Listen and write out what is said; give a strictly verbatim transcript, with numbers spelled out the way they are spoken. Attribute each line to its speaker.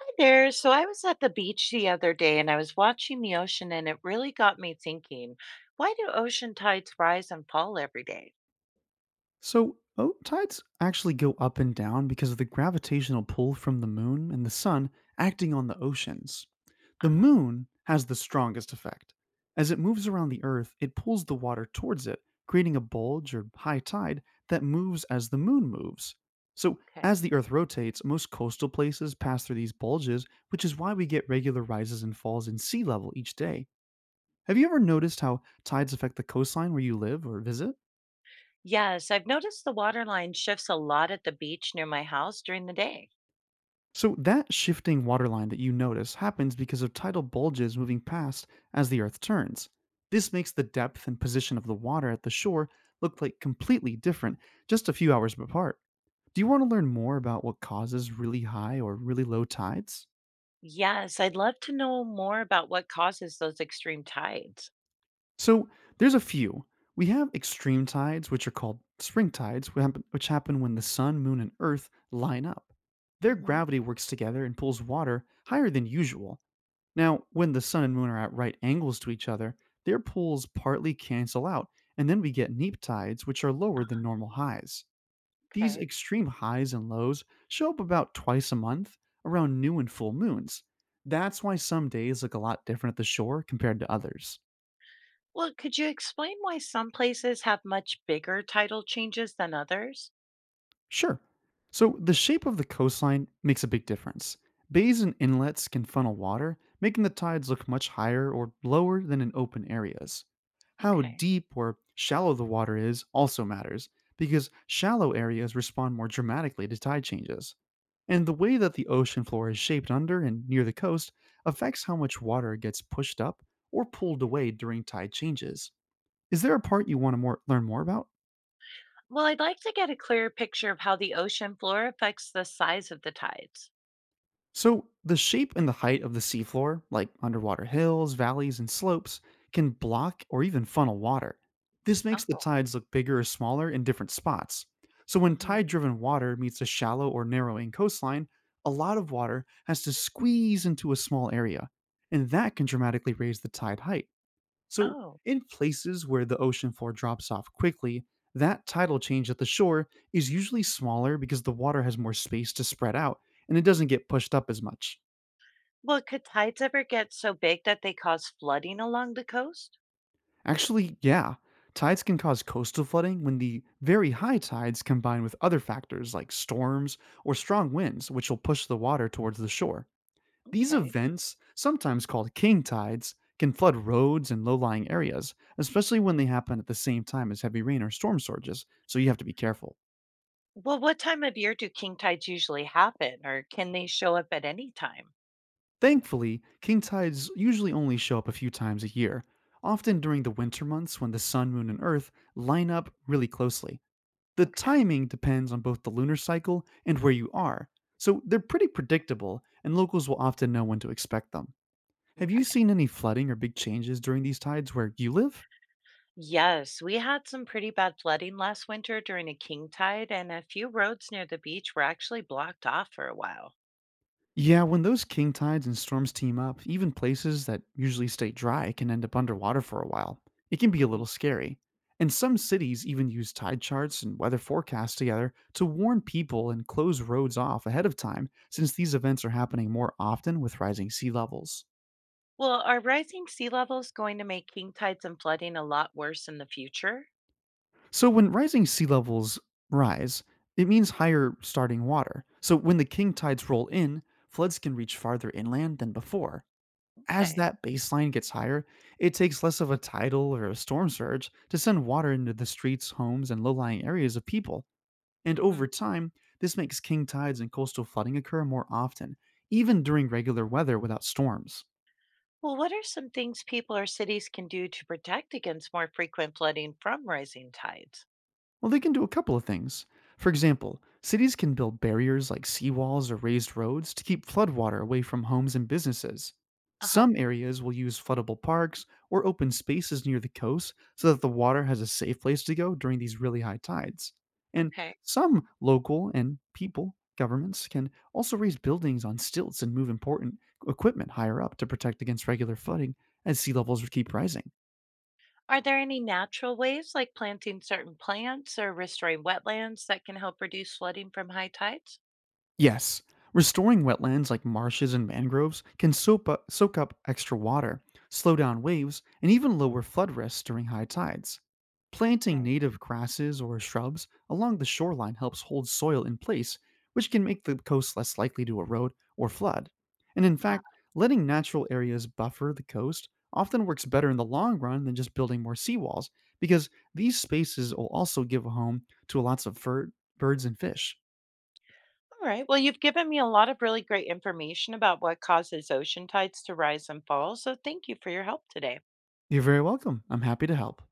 Speaker 1: Hi there. So I was at the beach the other day and I was watching the ocean, and it really got me thinking, why do ocean tides rise and fall every day?
Speaker 2: So, oh, tides actually go up and down because of the gravitational pull from the moon and the sun acting on the oceans. The
Speaker 1: Ah,
Speaker 2: moon has the strongest effect. As it moves around the earth, it pulls the water towards it, creating a bulge or high tide that moves as the moon moves. So,
Speaker 1: okay.
Speaker 2: as the earth rotates, most coastal places pass through these bulges, which is why we get regular rises and falls in sea level each day. Have you ever noticed how tides affect the coastline where you live or visit?
Speaker 1: Yes, I've noticed the water line shifts a lot at the beach near my house during the day.
Speaker 2: So, that shifting water line that you notice happens because of tidal bulges moving past as the Earth turns. This makes the depth and position of the water at the shore look like completely different just a few hours apart. Do you want to learn more about what causes really high or really low tides?
Speaker 1: Yes, I'd love to know more about what causes those extreme tides.
Speaker 2: So, there's a few. We have extreme tides, which are called spring tides, wh- happen- which happen when the sun, moon, and earth line up. Their
Speaker 1: hmm
Speaker 2: gravity works together and pulls water higher than usual. Now, when the sun and moon are at right angles to each other, their poles partly cancel out, and then we get neap tides, which are lower than normal highs. These
Speaker 1: Okay.
Speaker 2: extreme highs and lows show up about twice a month around new and full moons. That's why some days look a lot different at the shore compared to others.
Speaker 1: Well, could you explain why some places have much bigger tidal changes than others?
Speaker 2: Sure. So the shape of the coastline makes a big difference. Bays and inlets can funnel water, making the tides look much higher or lower than in open areas. How
Speaker 1: Okay.
Speaker 2: deep or shallow the water is also matters, because shallow areas respond more dramatically to tide changes. And the way that the ocean floor is shaped under and near the coast affects how much water gets pushed up or pulled away during tide changes. Is there a part you want to more, learn more about?
Speaker 1: Well, I'd like to get a clearer picture of how the ocean floor affects the size of the tides.
Speaker 2: So, the shape and the height of the seafloor, like underwater hills, valleys, and slopes, can block or even funnel water. This
Speaker 1: Oh,
Speaker 2: makes the tides look bigger or smaller in different spots. So, when
Speaker 1: hmm
Speaker 2: tide driven water meets a shallow or narrowing coastline, a lot of water has to squeeze into a small area, and that can dramatically raise the tide height. So,
Speaker 1: oh.
Speaker 2: in places where the ocean floor drops off quickly, that tidal change at the shore is usually smaller because the water has more space to spread out and it doesn't get pushed up as much.
Speaker 1: Well, could tides ever get so big that they cause flooding along the coast?
Speaker 2: Actually, yeah, tides can cause coastal flooding when the very high tides combine with other factors like storms or strong winds, which will push the water towards the shore. These
Speaker 1: Okay.
Speaker 2: events, sometimes called king tides, can flood roads and low lying areas, especially when they happen at the same time as heavy rain or storm surges, so you have to be careful.
Speaker 1: Well, what time of year do king tides usually happen, or can they show up at any time?
Speaker 2: Thankfully, king tides usually only show up a few times a year, often during the winter months when the sun, moon, and earth line up really closely. The
Speaker 1: Okay,
Speaker 2: timing depends on both the lunar cycle and where you are, so they're pretty predictable, and locals will often know when to expect them. Have you
Speaker 1: okay.
Speaker 2: seen any flooding or big changes during these tides where you live?
Speaker 1: Yes, we had some pretty bad flooding last winter during a king tide, and a few roads near the beach were actually blocked off for a while.
Speaker 2: Yeah, when those king tides and storms team up, even places that usually stay dry can end up underwater for a while. It can be a little scary. And some cities even use tide charts and weather forecasts together to warn people and close roads off ahead of time, since these events are happening more often with rising sea levels.
Speaker 1: Well, are rising sea levels going to make king tides and flooding a lot worse in the future?
Speaker 2: So, when rising sea levels rise, it means higher starting water. So, when the king tides roll in, floods can reach farther inland than before. As
Speaker 1: Okay.
Speaker 2: that baseline gets higher, it takes less of a tidal or a storm surge to send water into the streets, homes, and low lying areas of people. And
Speaker 1: hmm
Speaker 2: over time, this makes king tides and coastal flooding occur more often, even during regular weather without storms.
Speaker 1: Well, what are some things people or cities can do to protect against more frequent flooding from rising tides?
Speaker 2: Well, they can do a couple of things. For example, cities can build barriers like seawalls or raised roads to keep floodwater away from homes and businesses.
Speaker 1: Uh huh.
Speaker 2: Some areas will use floodable parks or open spaces near the coast so that the water has a safe place to go during these really high tides. And
Speaker 1: Okay.
Speaker 2: some local and people governments can also raise buildings on stilts and move important equipment higher up to protect against regular flooding as sea levels keep rising.
Speaker 1: Are there any natural ways, like planting certain plants or restoring wetlands, that can help reduce flooding from high tides?
Speaker 2: Yes, restoring wetlands like marshes and mangroves can soak up, soak up extra water, slow down waves, and even lower flood risks during high tides. Planting
Speaker 1: Okay.
Speaker 2: native grasses or shrubs along the shoreline helps hold soil in place, which can make the coast less likely to erode or flood. And in
Speaker 1: Uh,
Speaker 2: fact, letting natural areas buffer the coast often works better in the long run than just building more seawalls, because these spaces will also give a home to lots of fir- birds and fish.
Speaker 1: all right. Well, you've given me a lot of really great information about what causes ocean tides to rise and fall. So thank you for your help today.
Speaker 2: You're very welcome. I'm happy to help.